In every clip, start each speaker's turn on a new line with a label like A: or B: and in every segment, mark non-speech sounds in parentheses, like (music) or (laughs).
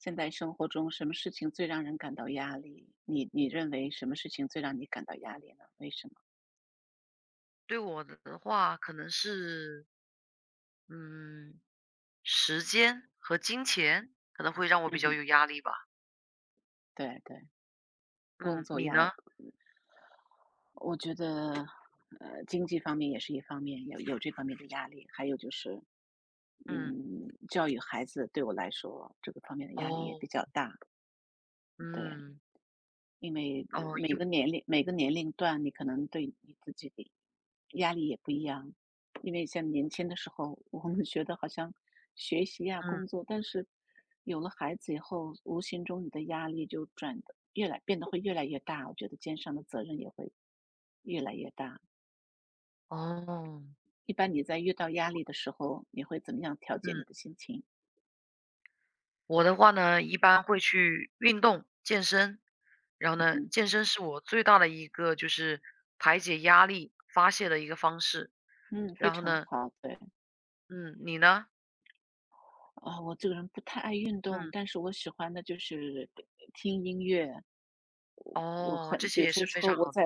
A: 现在生活中什么事情最让人感到压力？你认为什么事情最让你感到压力呢？为什么？
B: 对我的话，可能是，嗯，时间和金钱可能会让我比
A: 嗯
B: 较
A: 哼，
B: 有压力吧。
A: 对对，工
B: 嗯，
A: 作
B: 你
A: 压力，
B: 呢？
A: 我觉得，经济方面也是一方面，有这方面的压力，还有就是，
B: 嗯，
A: 嗯，教育孩子对我来说这个方面的压力也
B: 哦，
A: 比较大，对。
B: 嗯，
A: 因为
B: 哦，
A: 每个年龄段，你可能对你自己的压力也不一样。因为像年轻的时候，我们觉得好像学习呀、
B: 嗯，
A: 工作，但是有了孩子以后，无形中你的压力就转的变得会越来越大。我觉得肩上的责任也会越来越大。
B: 哦，
A: 一般你在遇到压力的时候，你会怎么样调节
B: 嗯，
A: 你的心情？
B: 我的话呢，一般会去运动、健身，然后
A: (laughs)
B: 呢，
A: 嗯
B: 健身是我最大的一个就是排解压力、发泄的一个方式。
A: 嗯，非
B: 然后
A: 常
B: 呢，
A: 好。对
B: 嗯，你呢？
A: 啊、我这个人不太爱运动，
B: 嗯，
A: 但是我喜欢的就是听音乐，我
B: 哦，
A: 很
B: 这
A: 比
B: 些
A: 如
B: 也
A: 说
B: 是非
A: 说
B: 常
A: 我
B: 好。
A: 在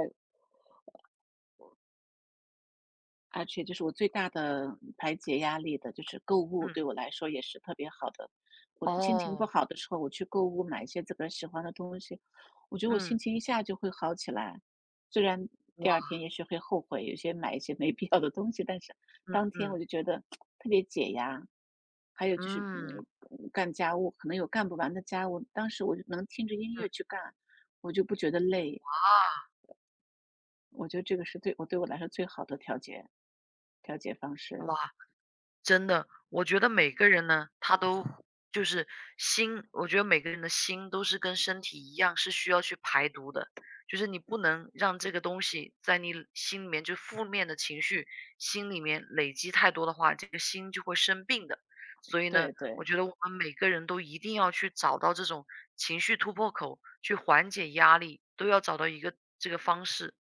A: 而且就是我最大的排解压力的就是购物，
B: 嗯，
A: 对我来说也是特别好的。我心情不
B: 哦，
A: 好的时候，我去购物买一些自个儿喜欢的东西，我觉得我心
B: 嗯，
A: 情一下就会好起来。虽然第二
B: 哇，
A: 天也许会后悔，有些买一些没必要的东西，但是当天我
B: 嗯，
A: 就觉得特别解压。还有就是，
B: 嗯。
A: 嗯，干家务可能有干不完的家务，当时我就能听着音
B: 嗯，
A: 乐去干，我就不觉得累。
B: 啊，
A: 我觉得这个是对我来说最好的调节方式。
B: 哇，真的，我觉得每个人呢，他都就是心，我觉得每个人的心都是跟身体一样，是需要去排毒的，就是你不能让这个东西在你心里面就负面的情绪，心里面累积太多的话，这个心就会生病的。所以呢，
A: 对对
B: 我觉得我们每个人都一定要去找到这种情绪突破口，去缓解压力，都要找到一个这个方式。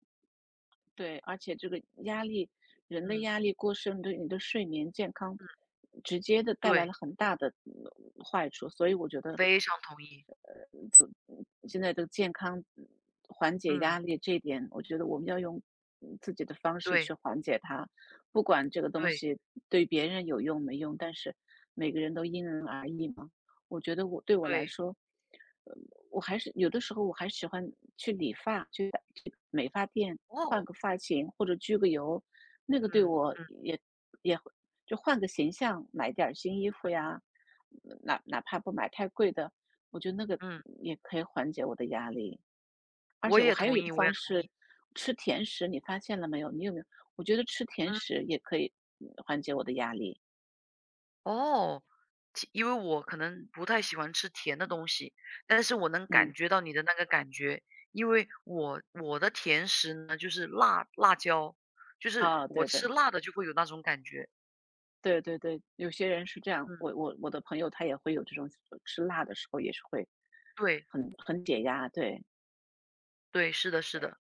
A: 对，而且这个压力，人的
B: 嗯
A: 压力过剩对你的睡眠健康
B: 嗯，
A: 直接的带来
B: 对，
A: 了很大的坏处，所以我觉得
B: 非常同意。
A: 现在的健康缓解压
B: 嗯，
A: 力这一点，我觉得我们要用自己的方式
B: 对。
A: 去缓解它，不管这个东
B: 对
A: 西对别人有用没用，但是每个人都因人而异嘛。我觉得对我来
B: 对，
A: 说，呃，我还是有的时候我还喜欢去理发，去美发店换
B: 哦，
A: 个发型或者焗个油，那个对
B: 嗯
A: 我
B: 嗯
A: 也也会就换个形象，买点儿新衣服呀，哪怕不买太贵的，我觉得那个
B: 嗯，
A: 也可以缓解我的压力。而
B: 我
A: 且我
B: 也
A: 还有
B: 同
A: 一个
B: 意我也
A: 方
B: 同
A: 式，
B: 意，
A: 吃甜食，你发现了没有？你有没有？我觉得吃甜
B: 嗯，
A: 食也可以缓解我的压力。
B: 哦，因为我可能不太喜欢吃甜的东西，但是我能感
A: 嗯，
B: 觉到你的那个感觉，因为我的甜食呢就是辣椒，就是
A: 啊，
B: 我
A: 对对
B: 吃辣的就会有那种感觉，
A: 对对对，有些人是这样，
B: 嗯，
A: 我的朋友他也会有这种吃辣的时候也是会
B: 对
A: 很解压。对
B: 对，是的是的，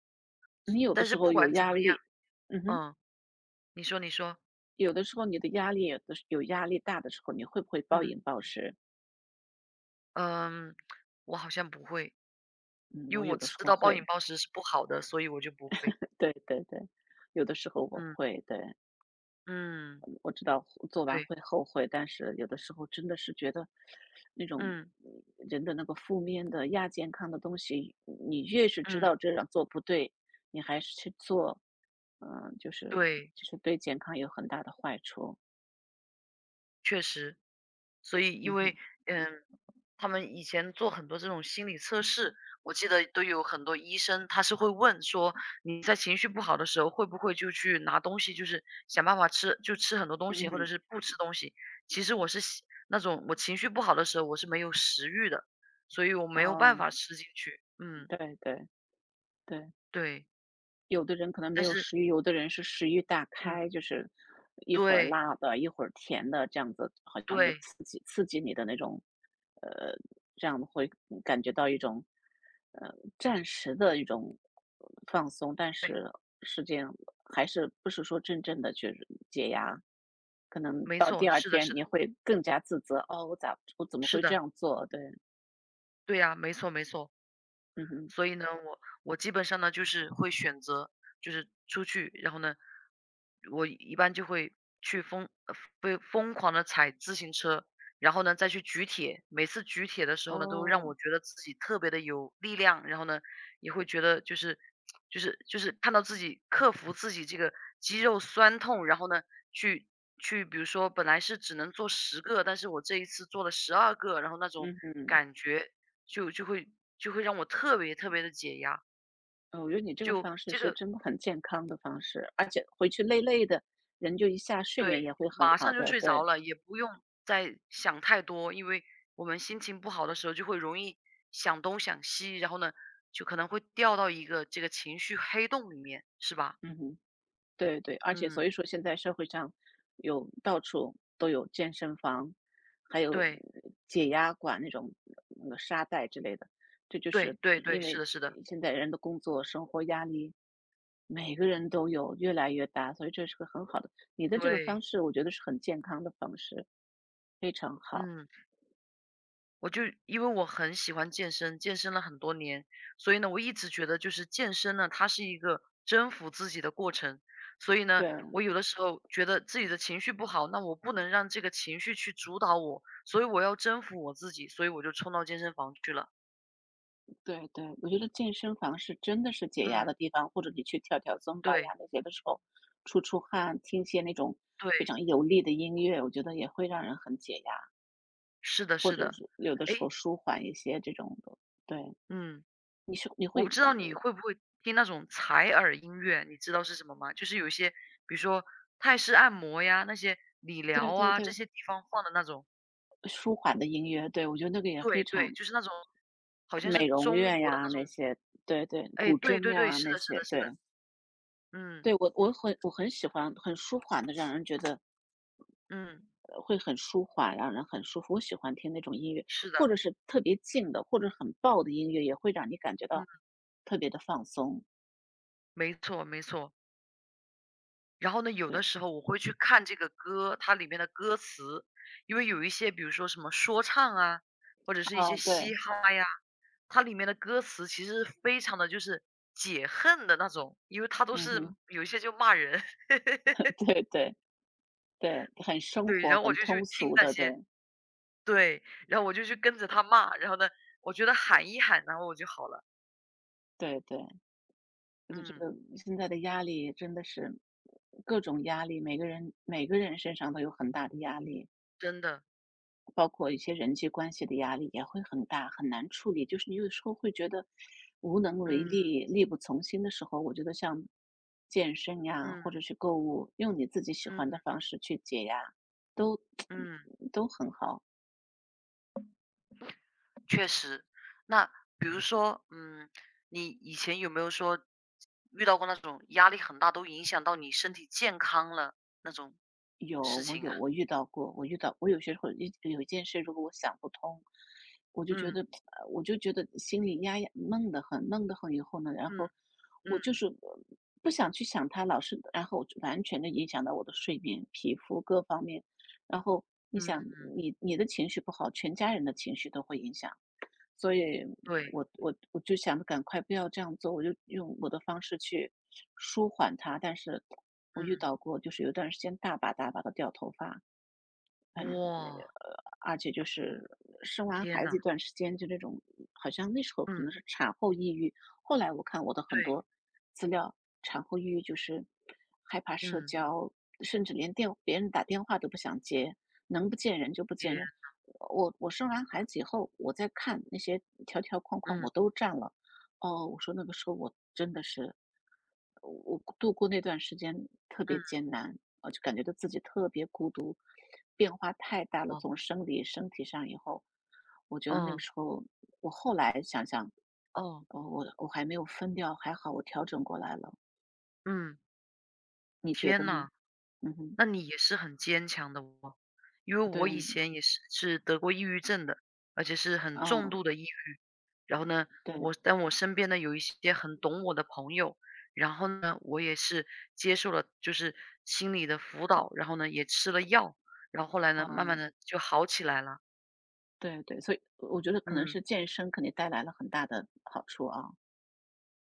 A: 你有的
B: 但
A: 时
B: 是
A: 候
B: 不
A: 有
B: 管怎么
A: 压
B: 样，
A: 力，嗯哼，
B: 嗯，你说你说，
A: 有的时候你的压力有压力大的时候，你会不会暴
B: 嗯
A: 饮暴食？
B: 嗯，我好像不会，
A: 嗯，
B: 因
A: 我
B: 为
A: 有
B: 我
A: 的
B: 知
A: 时候
B: 道暴饮
A: 会。
B: 暴食是不好的，所以我就不会，
A: 对对对，有的时候我
B: 嗯
A: 会，对，
B: 嗯。
A: 我知道做完
B: 对，
A: 会后悔，但是有的时候真的是觉得那种
B: 嗯，
A: 嗯人的那个负面的亚健康的东西，你越是知
B: 嗯，
A: 道这样做不对，你还是去做，嗯、就是
B: 对，
A: 就是对健康有很大的坏处。
B: 确实。所以
A: 嗯
B: 因
A: 哼，
B: 为，嗯，他们以前做很多这种心理测试，我记得都有很多医生，他是会问说，你在情绪不好的时候，会不会就去拿东西，就是想办法吃就吃很多东
A: 嗯
B: 西，或者
A: 哼，
B: 是不吃东西。其实我是那种我情绪不好的时候，我是没有食欲的，所以我没
A: 啊、
B: 有办法吃进去。嗯，
A: 对对对。
B: 对，
A: 有的人可能没
B: 但
A: 有
B: 是
A: 食欲，有的人是食欲大
B: 嗯，
A: 开，就是一会儿
B: 对，
A: 辣的，一会儿甜的，这样子好像就
B: 对，
A: 刺激你的那种，呃，这样会感觉到一种，暂时的一种放松，但
B: 对，
A: 是是这样，还是不是说真正的去解压？可能
B: 没
A: 到
B: 错，
A: 第二
B: 是的，
A: 天
B: 是的，
A: 你会更加自责，哦，我怎么
B: 是
A: 会这
B: 的。
A: 样做？对，
B: 对呀，没错没错。
A: 嗯哼，
B: 所以呢，我基本上呢，就是会选择就是出去，然后呢，我一般就会去疯呃会疯狂的踩自行车，然后呢再去举铁。每次举铁的时候呢，都让
A: 哦，
B: 我觉得自己特别的有力量，然后呢，也会觉得就是看到自己克服自己这个肌肉酸痛，然后呢，去去比如说本来是只能做10个，但是我这一次做了12个，然后那种
A: 嗯哼。
B: 感觉就就会就会让我特别特别的解压，
A: 我觉得你这个
B: 就
A: 方式
B: 这
A: 是
B: 个
A: 真的很健康的方式，而且回去累累的，人就一下睡
B: 对，
A: 眠也会很
B: 马
A: 好
B: 上就
A: 的。
B: 睡着
A: 对，
B: 了，也不用再想太多。因为我们心情不好的时候就会容易想东想西，然后呢，就可能会掉到一个这个情绪黑洞里面，是吧？
A: 嗯哼，对对，而且所
B: 嗯，
A: 以说现在社会上到处都有健身房，还有
B: 对，
A: 解压馆那种那个沙袋之类的，这就
B: 对
A: 是
B: 对对，
A: 因
B: 是
A: 为
B: 的是的，
A: 现在人的工作生活压力每个人都有越来越大，所以这是个很好的。你的这个方
B: 对，
A: 式，我觉得是很健康的方式，非常好。
B: 嗯。我就因为我很喜欢健身，健身了很多年，所以呢，我一直觉得就是健身呢，它是一个征服自己的过程。所以呢，
A: 对，
B: 我有的时候觉得自己的情绪不好，那我不能让这个情绪去主导我，所以我要征服我自己，所以我就冲到健身房去了。
A: 对对，我觉得健身房是真的是解压
B: 嗯，
A: 的地方，或者你去跳跳增巴呀
B: 对
A: 那些的时候，出出汗，听些那种
B: 对，
A: 非常有力的音乐，我觉得也会让人很解压，
B: 是的，
A: 或
B: 是
A: 者
B: 的。
A: 是有的时候
B: 诶，
A: 舒缓一些这种的。对，
B: 嗯，
A: 你是你
B: 我不
A: 会，
B: 知道你会不会听那种采耳音乐，你知道是什么吗？就是有一些，比如说泰式按摩呀，那些理
A: 对
B: 疗
A: 对
B: 啊，这
A: 对，
B: 些地方放的那种。
A: 舒缓的音乐，对，我觉得那个也非
B: 对对，
A: 常
B: 就是那种好像是
A: 美容
B: 中
A: 院
B: 国的
A: 呀
B: 那
A: 那
B: 种，
A: 些，对对，
B: 哎，
A: 古
B: 对
A: 筝
B: 对对，
A: 呀
B: 是
A: 那
B: 的，是
A: 些，
B: 的，是的，
A: 对
B: 嗯
A: 对，我很喜欢很舒缓的，让人觉得。
B: 嗯，
A: 会很舒缓，让人很舒服。我喜欢听那种音乐，
B: 是
A: 或
B: 的，
A: 者是特别静的，或者很爆的音乐，也会让你感觉到
B: 嗯，
A: 特别的放松。
B: 没错没错。然后呢，有
A: 对，
B: 的时候我会去看这个歌，它里面的歌词，因为有一些，比如说什么说唱啊，或者是一
A: 啊，
B: 些
A: 对，
B: 嘻哈呀，它里面的歌词其实非常的就是解恨的那种，因为它都
A: 嗯
B: 是
A: 哼，
B: 有一些就骂人，(laughs)
A: (laughs) 对对对，很生
B: 对，
A: 活、
B: 然后我
A: 很
B: 就去
A: 通
B: 听
A: 俗
B: 那
A: 的，对
B: 些，对，然后我就去跟着他骂，然后呢，我觉得喊一喊，然后我就好了。
A: 对对。我就觉
B: 嗯，
A: 得现在的压力真的是各种压力，每个人身上都有很大的压力。
B: 真的，
A: 包括一些人际关系的压力也会很大，很难处理。就是你有时候会觉得无能为
B: 嗯
A: 力、力不从心的时候，我觉得像健身呀，或
B: 嗯
A: 者是购物，用你自己喜欢
B: 嗯
A: 的方式去解压，都
B: 嗯，
A: (tsk) 都很好。
B: 确实。那比如说，你以前有没有说遇到过那种压力很大，都影响到你身体健康了那种
A: 有，
B: 事
A: 我
B: 情
A: 有，
B: 啊？
A: 我遇到过，我遇到我有些时候有一件事，如果我想不通，我就觉得，
B: 嗯
A: 我就觉得心里压闷得很，闷得很以后呢，然
B: 嗯
A: 后我
B: 嗯
A: 就是呃不想去想它，老是，然后就完全的影响到我的睡眠、皮肤各方面，然后你
B: 嗯
A: 想，
B: 嗯，
A: 你的情绪不好，全家人的情绪都会影响。所以
B: 对，
A: 我就想着赶快不要这样做，我就用我的方式去舒缓它。但是我遇
B: 嗯，
A: 到过，就是有段时间大把大把的掉头发，
B: 哇，
A: 而且就是生完
B: 天
A: 孩子
B: 呐，
A: 一段时间，就那种好像那时候可
B: 嗯，
A: 能是产后抑郁。后来我看我的很
B: 对，
A: 多资料，产后抑郁就是害怕社
B: 嗯，
A: 交，甚至别人打电话都不想接，能不见人就不见
B: 也，
A: 人。生完孩子以后，我在看那些条条框框，
B: 嗯
A: 我都占了。哦，我说那个时候我真的是，我度过那段时间特别
B: 嗯，
A: 艰难，啊，就感觉到自己特别孤独，变化太大了。
B: 哦
A: 从生理身体上以后，我觉得那个
B: 哦
A: 时候，我后来想想，
B: 哦，
A: 哦，我还没有分掉，还好我调整过来了。
B: 嗯，
A: 你觉得
B: 天
A: 呢？
B: 呐。
A: 嗯哼，
B: 那你也是很坚强的哦，因为
A: 对，
B: 我以前也是是得过抑郁症的，而且是很重
A: 哦，
B: 度的抑郁。然后呢，
A: 对，
B: 但我身边呢有一些很懂我的朋友，然后呢，我也是接受了就是心理的辅导，然后呢也吃了药，然后后来呢，慢慢
A: 哦，
B: 的就好起来了。
A: 对对，所以我觉得可能是
B: 嗯。
A: 健身肯定带来了很大的好处啊。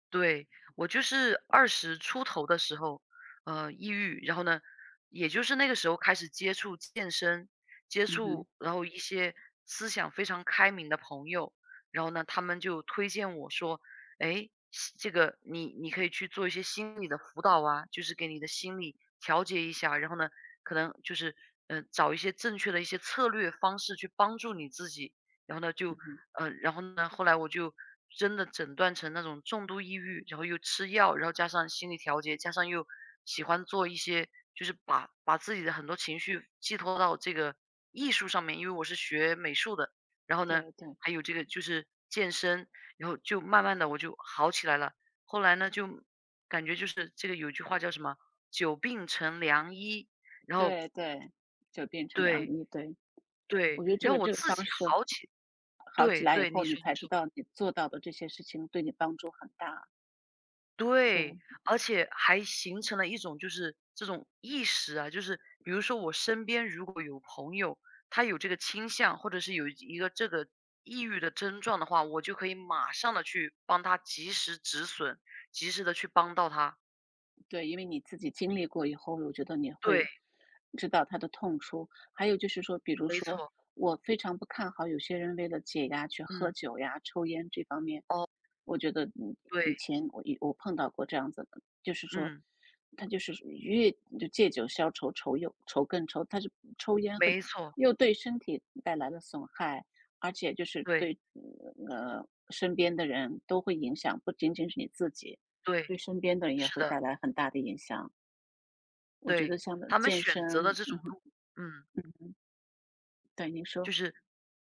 B: 对，我就是20出头的时候，抑郁，然后呢，也就是那个时候开始接触健身，
A: 嗯哼，
B: 然后一些思想非常开明的朋友，然后呢，他们就推荐我说，哎，这个你可以去做一些心理的辅导啊，就是给你的心理调节一下，然后呢，可能就是找一些正确的一些策略方式去帮助你自己，然后呢，
A: 嗯哼，
B: 然后呢，后来我就真的诊断成那种重度抑郁，然后又吃药，然后加上心理调节，加上又喜欢做一些，就是把自己的很多情绪寄托到这个艺术上面，因为我是学美术的，然后呢，
A: 对对
B: 还有这个就是健身，然后就慢慢的我就好起来了。后来呢，就感觉就是这个有句话叫什么"久病成良医"，然后
A: 对对，就变成两个
B: 对
A: 一对。
B: 对，
A: 我觉得
B: 然后我
A: 这个
B: 自己
A: 方式
B: 好起，
A: 好起
B: 对
A: 来以
B: 对，
A: 后，
B: 你
A: 你
B: 说
A: 才
B: 你
A: 知
B: 说。
A: 道你做到的这些事情对你帮助很大，
B: 对，
A: 对。
B: 而且还形成了一种就是这种意识啊，就是比如说我身边如果有朋友，他有这个倾向，或者是有一个这个抑郁的症状的话，我就可以马上的去帮他及时止损，及时的去帮到他。
A: 对，因为你自己经历过以后，我觉得你
B: 对，
A: 会知道他的痛处。还有就是说，比如
B: 没
A: 说，
B: 错，
A: 我非常不看好有些人为了解压去喝
B: 嗯，
A: 酒呀、抽烟这方面。我觉得，嗯，以
B: 对，
A: 前我碰到过这样子的，就是说，
B: 嗯，
A: 他就是就借酒消愁，愁又愁更愁，他是抽烟和
B: 没错，
A: 又对身体带来了损害，而且就是
B: 对
A: 对身边的人都会影响，不仅仅是你自己。
B: 对，
A: 对身边的人也
B: 是
A: 会带
B: 的，
A: 来很大的影响。我觉
B: 对，
A: 得像
B: 他们
A: 健身，
B: 选择的这种
A: 嗯
B: 路，嗯。
A: 对您说，
B: 就是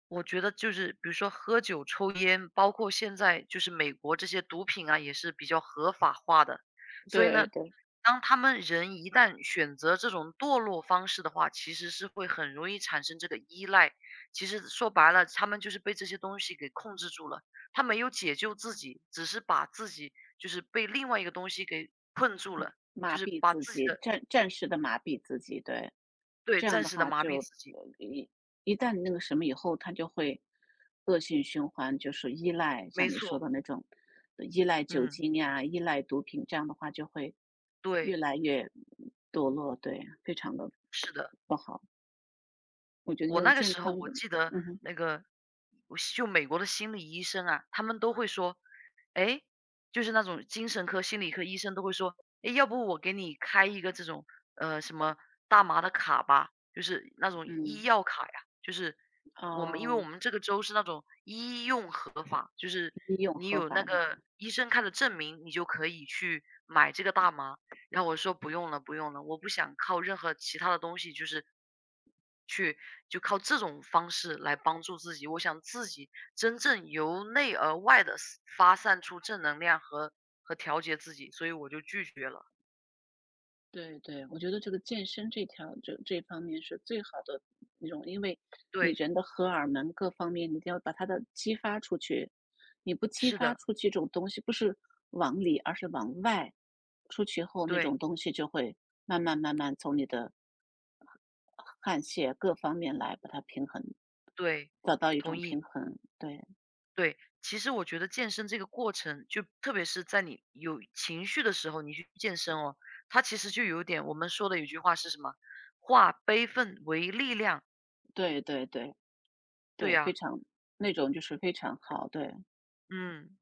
B: 我觉得就是比如说喝酒、抽烟，包括现在就是美国这些毒品啊，也是比较合法化的。所以
A: 对
B: 呢，
A: 对，
B: 当他们人一旦选择这种堕落方式的话，其实是会很容易产生这个依赖。其实说白了，他们就是被这些东西给控制住了，他没有解救自己，只是把自己就是被另外一个东西给困住了，
A: 麻
B: 就是
A: 痹
B: 把
A: 自
B: 自己
A: 己，
B: 的
A: 暂时的麻痹自己，对，
B: 对，
A: 这样
B: 暂
A: 的
B: 时的
A: 话
B: 麻
A: 就
B: 痹自己，
A: 呃一一旦那个什么以后，它就会恶性循环，就是依赖，像
B: 没
A: 你说
B: 错，
A: 的那种依赖酒
B: 嗯，
A: 精呀、依赖毒品，这样的话就会越
B: 对，
A: 来越堕落，对，非常的
B: 是的。
A: 不好。我觉得
B: 我
A: 用
B: 那个
A: 健
B: 时候
A: 康
B: 我
A: 的，
B: 记得
A: 嗯哼，
B: 那个我就美国的心理医生啊，他们都会说，哎，就是那种精神科、心理科医生都会说，哎，要不我给你开一个这种什么大麻的卡吧，就是那种
A: 嗯，
B: 医药卡呀，就是我们因为我
A: 哦，
B: 们这个州是那种医用合法，就是
A: 医用
B: 你
A: 合
B: 有那
A: 法的。
B: 个医生开的证明，你就可以去买这个大麻。然后我说不用了，不用了，我不想靠任何其他的东西，就是去就靠这种方式来帮助自己。我想自己真正由内而外的发散出正能量和调节自己，所以我就拒绝了。
A: 对对，我觉得这个健身这条这这方面是最好的那种，因为你
B: 对，
A: 人的荷尔蒙各方面，你一定要把它的激发出去。你不激
B: 是
A: 发
B: 的，
A: 出去，这种东西不是往里，而是往外。出去后，那
B: 对
A: 种东西就会慢慢从你的汗腺各方面来把它平衡，
B: 对，
A: 找到一
B: 同
A: 种
B: 意。
A: 平衡。对
B: 对，其实我觉得健身这个过程，就特别是在你有情绪的时候，你去健身哦，它其实就有点我们说的有句话是什么？化悲愤为力量。
A: 对对对
B: 对
A: 对，非
B: 呀、
A: 常那种就是非常好。对，
B: 嗯，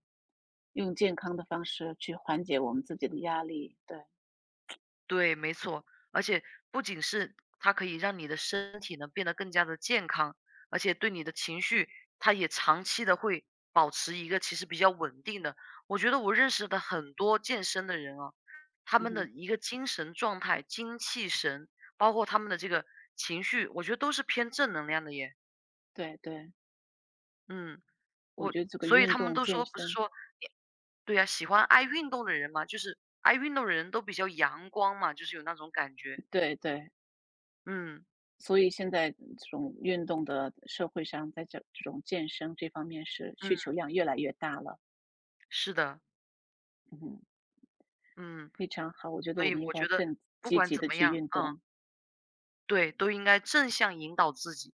A: 用健康的方式去缓解我们自己的压力。对，
B: 对，没错。而且不仅是它可以让你的身体呢变得更加的健康，而且对你的情绪，它也长期的会保持一个其实比较稳定的。我觉得我认识的很多健身的人啊，他
A: 嗯
B: 们
A: 哼。
B: 的一个精神状态、精气神，包括他们的这个情绪，我觉得都是偏正能量的耶。
A: 对对，
B: 嗯，
A: 我
B: 我，
A: 觉得这个
B: 所以
A: 运
B: 他们
A: 动
B: 都
A: 健
B: 说不是
A: 身，
B: 说，对呀、爱运动的人嘛，就是爱运动的人都比较阳光嘛，就是有那种感觉。
A: 对对，
B: 嗯，
A: 所以现在种运动的社会上，在这种健身这方面是需
B: 嗯，
A: 求量越来越大了。
B: 是的，
A: 嗯，
B: 嗯，
A: 非常好，我觉得
B: 所
A: 我
B: 以
A: 们应
B: 我
A: 该
B: 觉得
A: 更
B: 不
A: 积
B: 管
A: 极
B: 怎
A: 的
B: 么
A: 去
B: 样，
A: 运
B: 嗯，
A: 动。
B: 对，都应该正向引导自己，